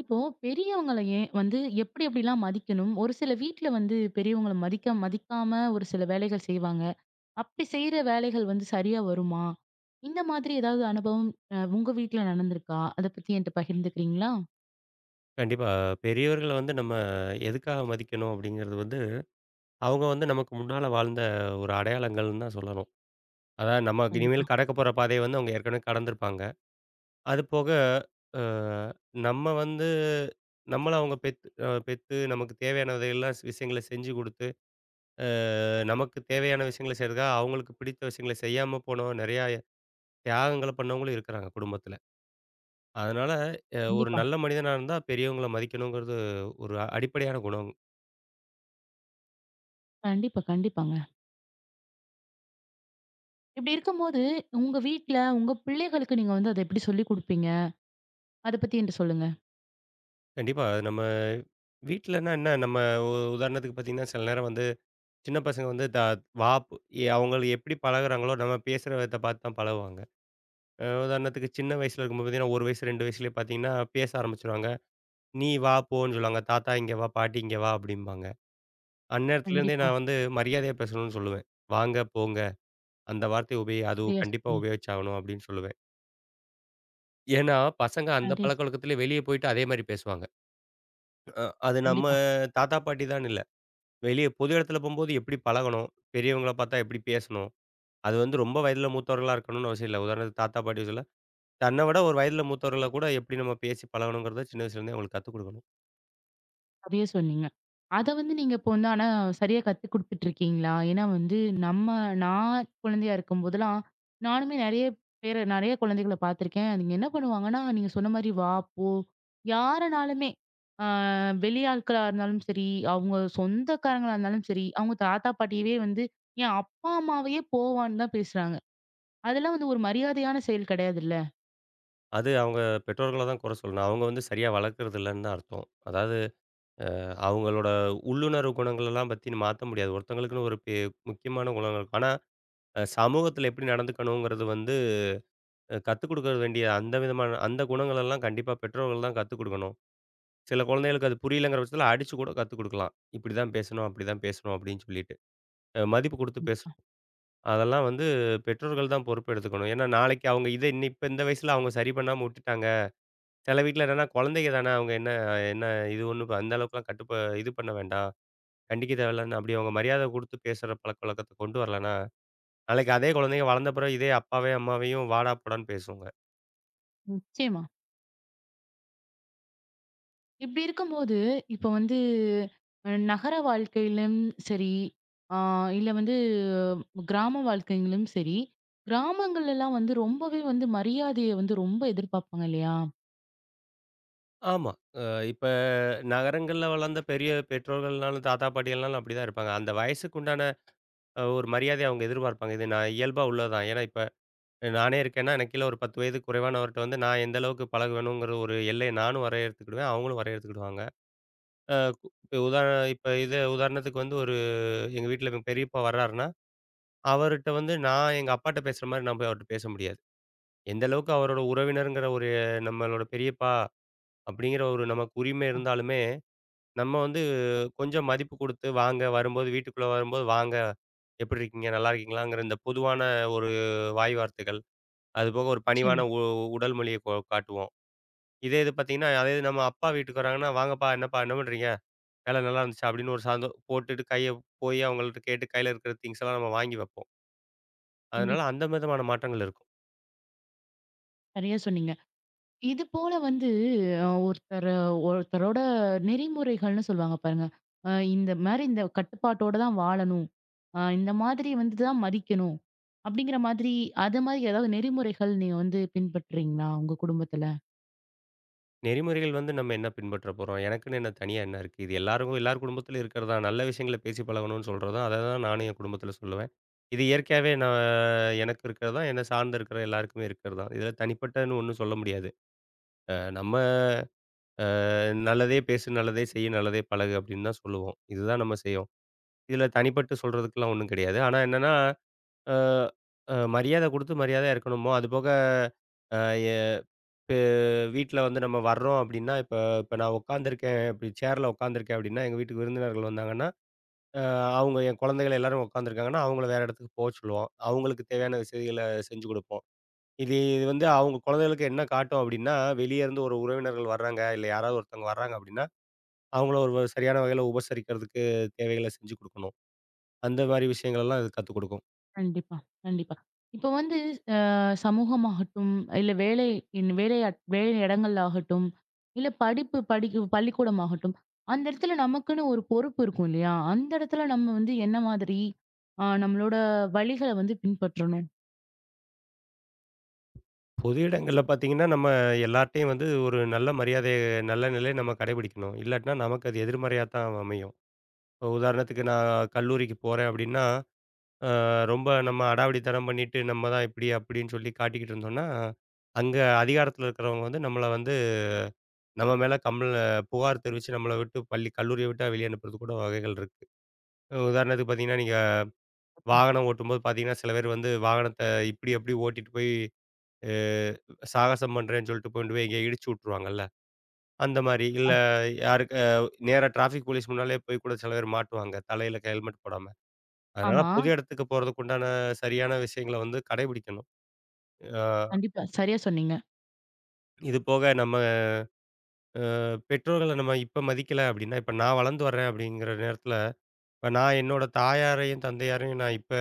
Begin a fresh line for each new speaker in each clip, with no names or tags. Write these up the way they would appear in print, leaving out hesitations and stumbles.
இப்போ பெரியவங்கள ஏன் வந்து எப்படி எப்படிலாம் மதிக்கணும்? ஒரு சில வீட்ல வந்து பெரியவங்கள மதிக்க மதிக்காம ஒரு சில வேலைகள் செய்வாங்க. அப்படி செய்ற வேலைகள் வந்து சரியா வருமா? இந்த மாதிரி ஏதாவது அனுபவம் உங்க வீட்ல நடந்திருக்கா? அத பத்தி என்ட்ட பகிர்ந்துக்கிறீங்களா?
கண்டிப்பா. பெரியவர்கள வந்து நம்ம எதுக்காக மதிக்கணும் அப்படிங்கிறது வந்து, அவங்க வந்து நமக்கு முன்னால வாழ்ந்த ஒரு அடையாளங்கள்னு தான் சொல்லணும். அதாவது நம்ம
கண்டிப்பா,
இனிமேல் கடக்க போற பாதைய வந்து அவங்க ஏற்கனவே கடந்திருப்பாங்க. அது போக அ நம்ம வந்து நம்மள அவங்க பெத்து நமக்கு தேவையானதை எல்லாம் விஷயங்கள செஞ்சு குடுத்து, அ நமக்கு தேவையான விஷயங்கள செய்றதுக்காக அவங்களுக்கு பிடித்த விஷயங்கள செய்யாம போனவங்க நெறையா தியாகங்கள பண்ணவங்களும் இருக்கிறாங்க குடும்பத்தில. அதனால ஒரு
கண்டிப்பா,
நல்ல மனிதனா இருந்தா பெரியவங்கள மதிக்கணுங்கிறது ஒரு அடிப்படையான குணம்.
கண்டிப்பா, கண்டிப்பாங்க. இப்படி இருக்கும்போது உங்க வீட்ல உங்க பிள்ளைகளுக்கு நீங்க வந்து அத எப்படி சொல்லிக் குடுப்பீங்க? அத பத்தி என்ட்ட சொல்லுங்க.
கண்டிப்பா. அது நம்ம வீட்லன்னா என்ன, நம்ம உ உதாரணத்துக்கு பார்த்தீங்கன்னா, சில நேரம் வந்து சின்ன பசங்க வந்து வா எ அவங்க எப்படி பழகுறாங்களோ, நம்ம பேசுற விதத்த பார்த்து தான் பழகுவாங்க. உதாரணத்துக்கு சின்ன வயசுல இருக்கும்போது பார்த்தீங்கன்னா, 1 வயசு, 2 வயசுலயே பார்த்தீங்கன்னா, பேச ஆரம்பிச்சுருவாங்க. "நீ வா, போன்னு" சொல்லுவாங்க. "தாத்தா இங்க வா, பாட்டி இங்க வா" அப்படிம்பாங்க. அந்நேரத்துலேருந்தே
கண்டிப்பா.
நான் வந்து மரியாதையா பேசணும்னு சொல்லுவேன். "வாங்க, போங்க" அந்த வார்த்தைய அது
சரியா
கண்டிப்பா
சொன்னீங்க.
உபயோகிச்சாகணும் அப்படின்னு சொல்லுவேன். ஏன்னா, பசங்க அந்த
சரியா
பழக்கவழக்கத்திலே வெளிய போயிட்டு அதே மாரி பேசுவாங்க. அது நம்ம
கண்டிப்பா.
தாத்தா, பாட்டி தான்னு இல்ல. வெளிய பொது இடத்துல போம்போது எப்படி பழகணும்? பெரியவங்கள பார்த்தா எப்படி பேசணும்? அது வந்து ரொம்ப வயதில மூத்தவர்களா இருக்கணும்னு அவசியம் இல்ல. உதாரணத்துக்கு தாத்தா, பாட்டி சொல்ல, தன்ன விட ஒரு வயதில மூத்தவர்கள கூட எப்படி நம்ம பேசி பழகணுங்கிறத சின்ன வயசுலேருந்தே அவங்களுக்கு கத்துக் குடுக்கணும்.
சரியா சொன்னீங்க. அத வந்து நீங்க இப்போ வந்து ஆனா சரியா கத்து குடுத்துட்டு இருக்கீங்களா? ஏன்னா வந்து நம்ம நான் குழந்தையா இருக்கும்போதெல்லாம், நானுமே நெறைய பேர நெறைய குழந்தைகள பார்த்துருக்கேன். அதுங்க என்ன பண்ணுவாங்கன்னா, நீங்க சொன்ன மாரி வா, போ யாரனாலுமே ஆ வெளியாட்களா இருந்தாலும் சரி, அவங்க சொந்தக்காரங்களா இருந்தாலும் சரி, அவங்க தாத்தா, பாட்டியவே வந்து என் அப்பா, அம்மாவையே போவான்னு தான் பேசுறாங்க. அதெல்லாம் வந்து ஒரு மரியாதையான செயல் கிடையாதுல்ல?
அது அவங்க பெற்றோர்கள தான் குறை சொல்லணும். அவங்க வந்து சரியா வளர்க்கறது இல்லன்னு தான் அர்த்தம். அதாவது அவங்களோட உள்ளுணர்வு குணங்களெல்லாம் பத்தி மாத்த முடியாது. ஒருத்தவங்களுக்குன்னு ஒரு முக்கியமான குணங்கள் இருக்கும். ஆனா, சமூகத்தில எப்படி நடந்துக்கணுங்கிறது வந்து கத்துக் குடுக்க வேண்டிய அந்த விதமான அந்த குணங்களெல்லாம் கண்டிப்பா பெற்றோர்கள் தான் கத்துக் குடுக்கணும். சில குழந்தைகளுக்கு அது புரியலங்கிற பட்சத்தில அடிச்சு கூட கத்துக் குடுக்கலாம். இப்படி தான் பேசணும், அப்படி தான் பேசணும் அப்படின்னு சொல்லிட்டு. மதிப்பு குடுத்து பேசணும். அதெல்லாம் வந்து பெற்றோர்கள் தான் பொறுப்பு எடுத்துக்கணும். ஏன்னா நாளைக்கு அவங்க இத இன்ன இப்ப இந்த வயசுல அவங்க சரி பண்ணாம விட்டுட்டாங்க. சில வீட்ல என்னன்னா குழந்தைங்க தானே அவங்க என்ன என்ன இது ஒண்ணும் இப்ப அந்த அளவுக்குலாம் இது பண்ண வேண்டாம். கண்டிக்க தேவையில்லன்னு அப்படி அவங்க மரியாதை குடுத்து பேசுற பழக்கவழக்கத்த கொண்டு வரலன்னா, நாளைக்கு அதே குழந்தைங்க வளர்ந்த பிறகு இதே அப்பாவையும், அம்மாவையும் வாடா, போடான்னு பேசுங்க.
நிச்சயமா. இப்டி இருக்கும்போது, இப்ப வந்து நகர வாழ்க்கையிலும் சரி, ஆ இல்ல வந்து அஹ், கிராம வாழ்க்கையிலும் சரி, கிராமங்கள்லலாம் வந்து ரொம்பவே வந்து மரியாதைய வந்து ரொம்ப எதிர்பார்ப்பாங்க இல்லையா?
ஆமா. அ இப்ப நகரங்கள்ல வளர்ந்த பெரிய பெற்றோர்கள்னாலும், தாத்தா, பாட்டிகள்னாலும் அப்படிதான் இருப்பாங்க. அந்த வயசுக்கு உண்டான ஒரு மரியாதைய அவங்க எதிர்பார்ப்பாங்க. இது நான் இயல்பா உள்ளதுதான். ஏன்னா, இப்ப நானே இருக்கேன்னா, எனக்கு கீழ ஒரு 10 வயது குறைவானவர்ட்ட வந்து நான் எந்த அளவுக்கு பழகுவேணுங்கிற ஒரு எல்லைய நானும் வரையறுத்துக்கிடுவேன். அவங்களும் வரையறுத்துக்கிடுவாங்க. அ கு இப்ப உதாரண இப்ப இது உதாரணத்துக்கு வந்து ஒரு எங்க வீட்ல எங்க பெரியப்பா வர்றாருன்னா, அவர்ட்ட வந்து நான் எங்க அப்பாட்ட பேசுற மாரி நான் போய் அவர்ட்ட பேச முடியாது. எந்த அளவுக்கு அவரோட உறவினருங்கிற ஒரு நம்மளோட பெரியப்பா அப்படிங்கிற ஒரு நமக்கு உரிமை
ஆ.
இருந்தாலுமே நம்ம வந்து கொஞ்சம் மதிப்பு குடுத்து, வாங்க வரும்போது வீட்டுக்குள்ள வரும்போது, "வாங்க, எப்படி இருக்கீங்க? நல்லா இருக்கீங்களாங்கிற?" இந்த பொதுவான ஒரு வாய் வார்த்தைகள். அதுபோக ஒரு பணிவான
நிச்சயமா.
உ உடல் மொழிய காட்டுவோம். இதே இது பார்த்தீங்கன்னா, அதே இது நம்ம அப்பா வீட்டுக்கு வராங்கன்னா, "வாங்கப்பா, என்னப்பா, என்ன பண்றீங்க? வேலை நல்லா இருந்துச்சா?" அப்படின்னு ஒரு சாந்தோ போட்டுட்டு போய் அவங்கள்ட்ட கேட்டு கையில இருக்கிற திங்ஸ் எல்லாம் நம்ம வாங்கி வைப்போம். அதனால
கண்டிப்
அந்த விதமான மாற்றங்கள் இருக்கும்.
சரியா சொன்னீங்க. இது போல வந்து அ ஒருத்தர ஒருத்தரோட நெறிமுறைகள்னு சொல்லுவாங்க பாருங்க. இந்த மாரி இந்த கட்டுப்பாட்டோட தான் வாழணும். இந்த மாதிரி வந்து தான் மதிக்கணும். அப்டிங்கிற மாதிரி அது மாரி ஏதாவது நெறிமுறைகள் நீங்க வந்து பின்பற்றீங்களா உங்க குடும்பத்துல?
நெறிமுறைகள் வந்து நம்ம என்ன பின்பற்ற போறோம்? எனக்குன்னு என்ன தனியா என்ன இருக்கு? இது எல்லாருக்கும் எல்லார் குடும்பத்திலும் இருக்கிறது தான். நல்ல விஷயங்கள பேசி பழகணும்னு சொல்றதும், அத தான் நானும் என் குடும்பத்தில சொல்லுவேன். இது இயற்கையாவே நான் எனக்கு இருக்கிறது தான். என்னை சார்ந்து இருக்கிற எல்லாருக்குமே இருக்கிறது தான். இதில தனிப்பட்டன்னு ஒண்ணும் சொல்ல முடியாது. நம்ம அ நல்லதே பேசு, நல்லதே செய்யு, நல்லதே பழகு அப்படின்னு தான் சொல்லுவோம். இதுதான் நம்ம செய்வோம். இதில தனிப்பட்டு சொல்றதுக்குலாம் ஒண்ணும் கிடையாது. ஆனா என்னன்னா, அ அ மரியாதை குடுத்து மரியாதையா இருக்கணுமோ, அதுபோக அ எ இப்போ வீட்ல வந்து நம்ம வர்றோம் அப்படின்னா, இப்போ இப்போ நான் உட்காந்துருக்கேன், இப்படி சேர்ல உட்காந்துருக்கேன் அப்படின்னா, எங்க வீட்டுக்கு விருந்தினர்கள் வந்தாங்கன்னா, அ அவங்க என் குழந்தைகள் எல்லாரும் உட்காந்துருக்காங்கன்னா, அவங்கள வேற இடத்துக்கு போ சொல்லுவோம். அவங்களுக்கு தேவையான வசதிகள செஞ்சு கொடுப்போம். இது இது வந்து அவங்க குழந்தைகளுக்கு என்ன காட்டும் அப்படின்னா, வெளிய இருந்து ஒரு உறவினர்கள் வர்றாங்க, இல்ல யாராவது ஒருத்தவங்க வர்றாங்க அப்படின்னா, அவங்கள ஒரு சரியான வகையில உபசரிக்கிறதுக்கு தேவைகள செஞ்சு கொடுக்கணும். அந்த மாரி விஷயங்கள் எல்லாம் இது கத்துக் கொடுக்கும்.
கண்டிப்பா, கண்டிப்பா. இப்ப வந்து சமூகமாகட்டும், இல்ல வேலை இன் வேலை அட்- வேலை இடங்கள் ஆகட்டும், இல்ல படிப்பு படிக்கு பள்ளிக்கூடம் ஆகட்டும், அந்த இடத்துல நமக்குன்னு ஒரு பொறுப்பு இருக்கும் இல்லையா? அந்த இடத்துல நம்ம வந்து என்ன மாதிரி நம்மளோட வழிகள வந்து பின்பற்றணும்?
பொது இடங்கள்ல பார்த்தீங்கன்னா, நம்ம எல்லார்ட்டயும் வந்து ஒரு நல்ல மரியாதைய நல்ல நிலைய நம்ம கடைபிடிக்கணும். இல்லாட்டினா நமக்கு அது எதிர்மறையா தான் அமையும். இப்போ உதாரணத்துக்கு நான் கல்லூரிக்கு போறேன் அப்டின்னா, அ ரொம்ப நம்ம அடாவடித்தனம் பண்ணிட்டு, நம்ம தான் இப்டி அப்டின்னு சொல்லி காட்டிக்கிட்டு இருந்தோம்னா, அங்க அதிகாரத்துல இருக்கிறவங்க வந்து நம்மள வந்து நம்ம மேல புகார் தெரிவிச்சு நம்மள விட்டு பள்ளி கல்லூரிய விட்டா வெளிய அனுப்புறதுக்கு கூட வகைகள் இருக்கு. உதாரணத்துக்கு பார்த்தீங்கன்னா, நீங்க
அ
வாகனம் ஓட்டும்போது பார்த்தீங்கன்னா, சில பேர் வந்து இப்டி அப்டி ஓட்டிட்டு போய், அ சாகசம் பண்றேன்னு சொல்லிட்டு கொண்டு போய் எங்கேயோ இடிச்சு விட்டுருவாங்கல்ல. அந்த மாரி.
அ
இல்ல யாருக்கு நேரா டிராஃபிக் போலீஸ் முன்னாலயே போய் கூட சில பேர் மாட்டுவாங்க. தலையில ஹெல்மெட் போடாம. அதனால
ஆமா.
பொது இடத்துக்கு போறதுக்கு உண்டான சரியான விஷயங்கள வந்து கடைபிடிக்கணும். அ
கண்டிப்பா. சரியா சொன்னீங்க.
இது போக நம்ம பெற்றோர்கள நம்ம இப்ப மதிக்கல அப்டின்னா, இப்ப நான் வளர்ந்து வரேன் அப்படிங்கிற நேரத்தில, இப்ப நான் என்னோட தாயாரையும், தந்தையாரையும் நான் இப்ப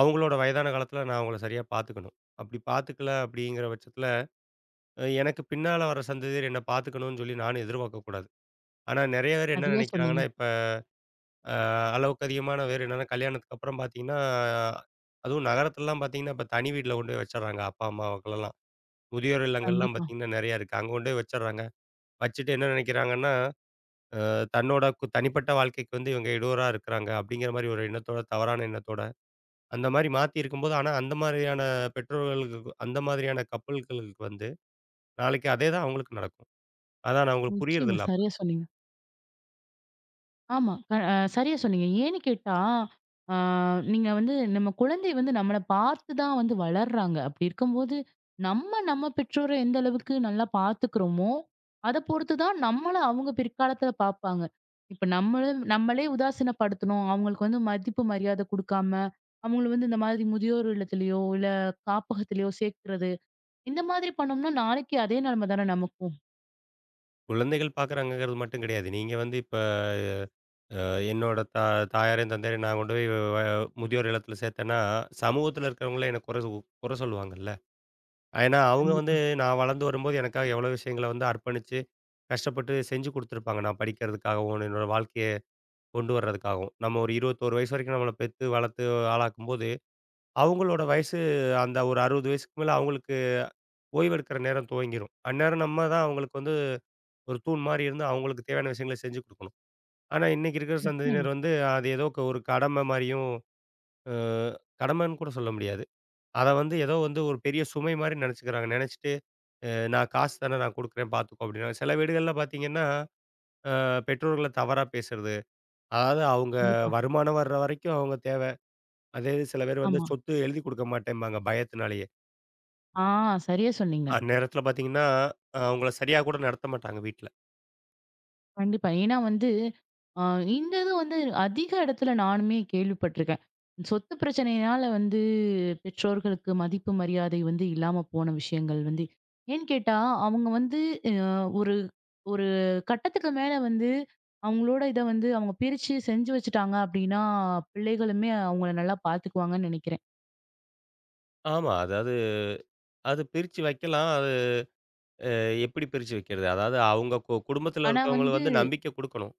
அவங்களோட வயதான காலத்தில நான் அவங்கள சரியா பார்த்துக்கணும். அப்படி பார்த்துக்கல அப்படிங்கிற பட்சத்தில, எனக்கு பின்னால வர சந்ததியர் என்ன பார்த்துக்கணும்னு சொல்லி நானும் எதிர்பார்க்கக்கூடாது. ஆனா நெறைய பேர் என்ன
சரியா சொன்னீங்க.
நெனைக்கிறாங்கன்னா, இப்ப அ அளவுக்கு அதிகமான வேறு என்னன்னா, கல்யாணத்துக்கு அப்புறம் பார்த்தீங்கன்னா, அதுவும் நகரத்துலலாம் பார்த்தீங்கன்னா, இப்ப தனி வீட்ல கொண்டு போய் வச்சர்றாங்க அப்பா, அம்மாவுக்கெல்லாம். முதியோர் இல்லங்கள்லாம்
கண்டிப்பா.
பார்த்தீங்கன்னா, நெறையா இருக்கு. அங்க கொண்டு போய் வச்சர்றாங்க. வச்சுட்டு என்ன நெனைக்கிறாங்கன்னா, தன்னோட தனிப்பட்ட வாழ்க்கைக்கு வந்து இவங்க இடையூறா இருக்கிறாங்க, அப்படிங்கிற மாரி ஒரு எண்ணத்தோட, தவறான எண்ணத்தோட, அந்த மாரி மாத்தி இருக்கும்போது, ஆனா அந்த மாதிரியான பெற்றோர்களுக்கு அந்த மாதிரியான கப்புல்களுக்கு வந்து, நாளைக்கு அதே தான் அவங்களுக்கு நடக்கும். அதான் நான் அவங்களுக்கு
நிச்சயமா.
புரியறதில்ல அப்ப.
சரியா சொன்னீங்க. ஆமா. க அ சரியா சொன்னீங்க. ஏன்னு கேட்டா, ஆ நீங்க வந்து நம்ம குழந்தை வந்து நம்மள பார்த்து தான் வந்து வளர்றாங்க. அப்படி இருக்கும்போது, நம்ம நம்ம பெற்றோர எந்த அளவுக்கு நல்லா பார்த்துக்கிறோமோ, அத பொறுத்து தான் நம்மள அவங்க பிற்காலத்துல பார்ப்பாங்க. இப்ப நம்மள நம்மளே உதாசீனப்படுத்தணும், அவங்களுக்கு வந்து மதிப்பு மரியாதை குடுக்காம, அவங்கள வந்து இந்த மாதிரி முதியோர் இல்லத்திலயோ, இல்ல காப்பகத்திலயோ சேர்க்கிறது, இந்த மாதிரி பண்ணோம்னா நாளைக்கு அதே நிலைமை தானே நமக்கும்.
குழந்தைகள் பார்க்குறாங்கங்கிறது மட்டும் கிடையாது. நீங்க வந்து என்னோட தாயாரையும், தந்தையரையும் நான் கொண்டு போய் வ முதியோர் இல்லத்துல சேர்த்தேன்னா, சமூகத்துல இருக்கிறவங்களே என்ன குறை குறை சொல்லுவாங்கல்ல. ஏன்னா, அவங்க வந்து
கண்டிப்பா.
நான் வளர்ந்து வரும்போது எனக்காக எவ்வளோ விஷயங்கள வந்து அர்ப்பணிச்சு, கஷ்டப்பட்டு செஞ்சு குடுத்துருப்பாங்க. நான் படிக்கிறதுக்காகவும், என்னோட வாழ்க்கைய கொண்டு வர்றதுக்காகவும். நம்ம ஒரு 21 வயசு வரைக்கும் நம்மள பெத்து, வளர்த்து ஆளாக்கும்போது, அவங்களோட வயசு அந்த ஒரு 60 வயசுக்கு மேல அவங்களுக்கு ஓய்வெடுக்கிற நேரம் துவங்கிரும். அந்நேரம் நம்ம தான் அவங்களுக்கு வந்து ஒரு தூண் மாரி இருந்து அவங்களுக்கு தேவையான விஷயங்கள செஞ்சு குடுக்கணும். ஆனா, இன்னைக்கு இருக்கிற
நிச்சயமா.
சந்ததியினர் வந்து அது ஏதோ ஒரு கடமை மாரியும் அ கடமைன்னு கூட சொல்ல முடியாது. அத வந்து ஏதோ வந்து ஒரு பெரிய சுமை மாரி நெனச்சுக்கிறாங்க. நெனச்சுட்டு, அ நான் காசு தானே நான் குடுக்குறேன் பார்த்துக்கோ அப்டின்னு. சில வீடுகள்ல பார்த்தீங்கன்னா, அ பெற்றோர்கள தவறா பேசுறது. அதாவது அவங்க
கண்டிப்பா.
வருமானம் வர்ற வரைக்கும் அவங்க தேவ. அதே இது சில பேர் வந்து
ஆமா.
சொத்து எழுதி குடுக்க மாட்டேம்பாங்க பயத்தினாலேயே.
ஆ சரியா சொன்னீங்க.
அந்நேரத்தில பார்த்தீங்கன்னா, அவங்கள சரியா கூட நடத்த மாட்டாங்க வீட்ல.
கண்டிப்பா. ஏன்னா வந்து, அ இது வந்து அதிக இடத்துல நானுமே கேள்விப்பட்டுருக்கேன். சொத்து பிரச்சனையினால வந்து பெற்றோர்களுக்கு மதிப்பு, மரியாதை வந்து இல்லாம போன விஷயங்கள் வந்து ஏன்னு கேட்டா, அவங்க வந்து அ ஒரு ஒரு கட்டத்துக்கு மேல வந்து அவங்களோட இத வந்து அவங்க பிரிச்சு செஞ்சு வச்சுட்டாங்க அப்படின்னா, பிள்ளைகளுமே அவங்கள நல்லா பார்த்துக்குவாங்கன்னு நெனைக்கிறேன்.
ஆமா. அதாவது அது பிரிச்சு வைக்கலாம். அது எப்படி பிரிச்சு வைக்கிறது? அதாவது அவங்க குடும்பத்தில
ஆனா
இருக்கவங்கள
வந்து
வந்து நம்பிக்கை குடுக்கணும்.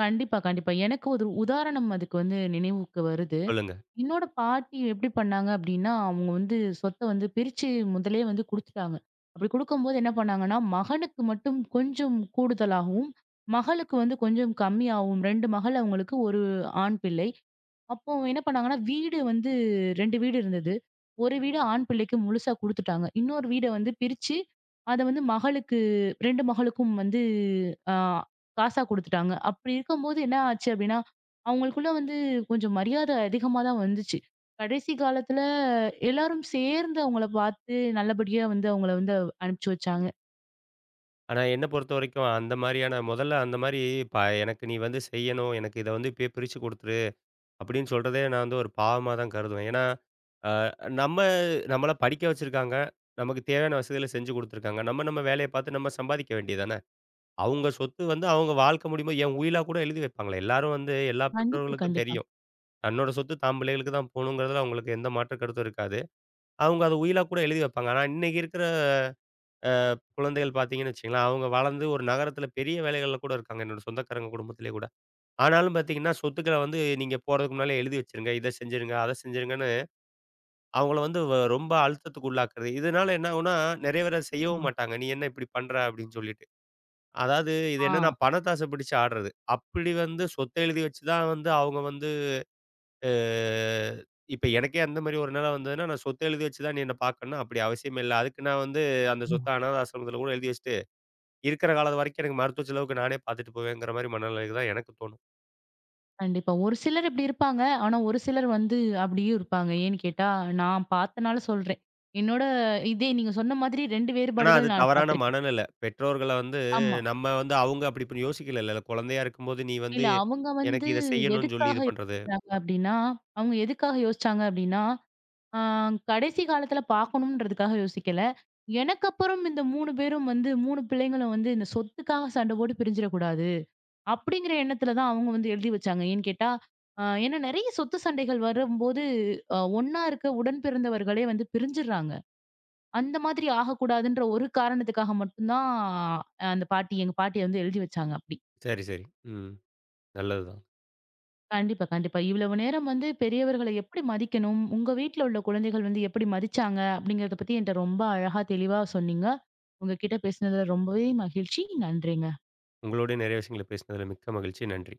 கண்டிப்பா, கண்டிப்பா. எனக்கு ஒரு உதாரணம் அதுக்கு வந்து நினைவுக்கு வருது.
சொல்லுங்க.
என்னோட பாட்டி எப்படி பண்ணாங்க அப்படின்னா, அவங்க வந்து சொத்த வந்து பிரிச்சு முதல்லயே வந்து குடுத்துட்டாங்க. அப்படி குடுக்கும்போது என்ன பண்ணாங்கன்னா, மகனுக்கு மட்டும் கொஞ்சம் கூடுதலாகவும், மகளுக்கு வந்து கொஞ்சம் கம்மியாகவும் 2 மகள் அவங்களுக்கு 1 ஆண் பிள்ளை. அப்போ என்ன பண்ணாங்கன்னா, வீடு வந்து 2 வீடு இருந்தது. ஒரு வீடு ஆண் பிள்ளைக்கு முழுசா குடுத்துட்டாங்க. இன்னொரு வீட வந்து பிரிச்சு, அத வந்து மகளுக்கு 2 மகளுக்கும் வந்து அ காசா குடுத்துட்டாங்க. அப்படி இருக்கும்போது என்ன ஆச்சு அப்படின்னா, அவங்களுக்குள்ள வந்து கொஞ்சம் மரியாதை அதிகமா தான் வந்துச்சு. கடைசி காலத்துல எல்லாரும் சேர்ந்து அவங்கள பார்த்து நல்லபடியா வந்து அவங்கள வந்து அனுப்பிச்சு வச்சாங்க.
ஆனா, என்ன பொறுத்தவரைக்கும் அந்த மாரியான முதல்ல அந்த மாரி ப எனக்கு நீ வந்து செய்யணும். எனக்கு இத வந்து இப்பயே பிரிச்சு குடுத்துரு. அப்படின்னு சொல்றதே நான் வந்து ஒரு பாவமா தான் கருதுவேன். ஏன்னா, அ நம்ம நம்மள படிக்க வச்சிருக்காங்க. நமக்கு தேவையான வசதிகள செஞ்சு குடுத்துருக்காங்க. நம்ம நம்ம வேலைய பார்த்து நம்ம சம்பாதிக்க வேண்டியது தானே. அவங்க சொத்து வந்து அவங்க வாழ்க்கை முடியும்போது என் உயிலா கூட எழுதி வைப்பாங்களே. எல்லாரும் வந்து எல்லா
கண்டிப்பா,
பெற்றோர்களுக்கும்
கண்டிப்பா.
தெரியும். தன்னோட சொத்து தான் பிள்ளைகளுக்கு தான் போணுங்கிறதுல அவங்களுக்கு எந்த மாற்று கருத்தும் இருக்காது. அவங்க அத உயிலா கூட எழுதி வைப்பாங்க. ஆனா, இன்னைக்கு இருக்கிற அ குழந்தைகள் பார்த்தீங்கன்னு வச்சுக்கங்களேன், அவங்க வளர்ந்து ஒரு நகரத்தில பெரிய வேலைகள்ல கூட இருக்காங்க. என்னோட சொந்தக்காரங்க குடும்பத்திலேயே கூட. ஆனாலும் பார்த்தீங்கன்னா, சொத்துக்கள வந்து நீங்க போறதுக்கு முன்னாலே எழுதி வச்சுருங்க. இத செஞ்சுருங்க, அத செஞ்சுருங்கன்னு அவங்கள வந்து ரொம்ப அழுத்தத்துக்கு உள்ளாக்குறது. இதனால என்ன ஆகும்னா, நெறைய பேர் அத செய்யவும்
ஆமா.
மாட்டாங்க. "நீ என்ன இப்படி பண்ற?" அப்படின்னு சொல்லிட்டு. அதாவது இது என்னன்னா பணத்த ஆசை பிடிச்சு ஆடுறது. அப்படி வந்து சொத்த எழுதி வச்சு தான் வந்து அவங்க வந்து அ இப்ப எனக்கே அந்த மாரி ஒரு நிலை வந்ததுன்னா, நான் சொத்த எழுதி வச்சு தான் நீ என்ன பார்க்கணும்னா, அப்படி அவசியமே இல்ல. அதுக்கு நான் வந்து அந்த
ஆ.
சொத்த அனாத ஆசிரமத்தில கூட எழுதி வச்சு இருக்கிற காலம் வரைக்கும் எனக்கு மருத்துவ செலவுக்கு நானே பார்த்துட்டு போவேங்கிற மாரி மனநிலைக்கு தான் எனக்கு தோணும்.
கண்டிப்பா. ஒரு சிலர் இப்படி இருப்பாங்க. ஆனா ஒரு சிலர் வந்து அப்படியே இருப்பாங்க. ஏன்னு கேட்டா, நான் பார்த்தனால சொல்றேன். என்னோட இதே நீங்க சொன்ன மாதிரி 2
ஆனா அது
வேறுபாடுகள் நான்
தவறான
பார்த்துருக்கேன்.
மனநிலை. பெற்றோர்கள வந்து
ஆமா.
நம்ம வந்து அவங்க அப்படி இப்ப யோசிக்கலல்ல. குழந்தையா இருக்கும்போது நீ வந்து
இல்ல அவங்க
எனக்கு
வந்து
இத செய்யணும்னு சொல்லி
எதுக்காக
இது பண்றது.
யோசிக்கிறாங்க அப்படின்னா, அவங்க எதுக்காக யோசிச்சாங்க அப்படின்னா, அ கடைசி காலத்துல பார்க்கணும்ன்றதுக்காக யோசிக்கல. எனக்கு அப்புறம் இந்த 3 பேரும் வந்து 3 பிள்ளைங்களும் வந்து இந்த சொத்துக்காக சண்டை போட்டு பிரிஞ்சிடக்கூடாது. அப்படிங்கிற எண்ணத்துல தான் அவங்க வந்து எழுதி வச்சாங்க. ஏன்னு கேட்டா, ஏன்னா நெறைய சொத்து சண்டைகள் வரும்போது, ஒண்ணா இருக்க உடன்பிறந்தவர்களே வந்து பிரிஞ்சுடுறாங்க. அந்த மாதிரி ஆகக்கூடாதுன்ற ஒரு காரணத்துக்காக மட்டும் தான் அந்த பாட்டி எங்க பாட்டி வந்து எழுதி வச்சாங்க அப்படி.
சரி, சரி. ம். நல்லதுதான்.
கண்டிப்பா, கண்டிப்பா. இவ்வளவு நேரம் வந்து பெரியவர்கள எப்படி மதிக்கணும், உங்க வீட்ல உள்ள குழந்தைகள் வந்து எப்படி மதிச்சாங்க அப்படிங்கிறத பத்தி என்ட்ட ரொம்ப அழகா தெளிவா சொன்னீங்க. உங்ககிட்ட பேசினதுல ரொம்பவே மகிழ்ச்சி. நன்றிங்க.
உங்களோடய நிறைய விஷயங்கள பேசினதுல மிக்க மகிழ்ச்சி. நன்றி.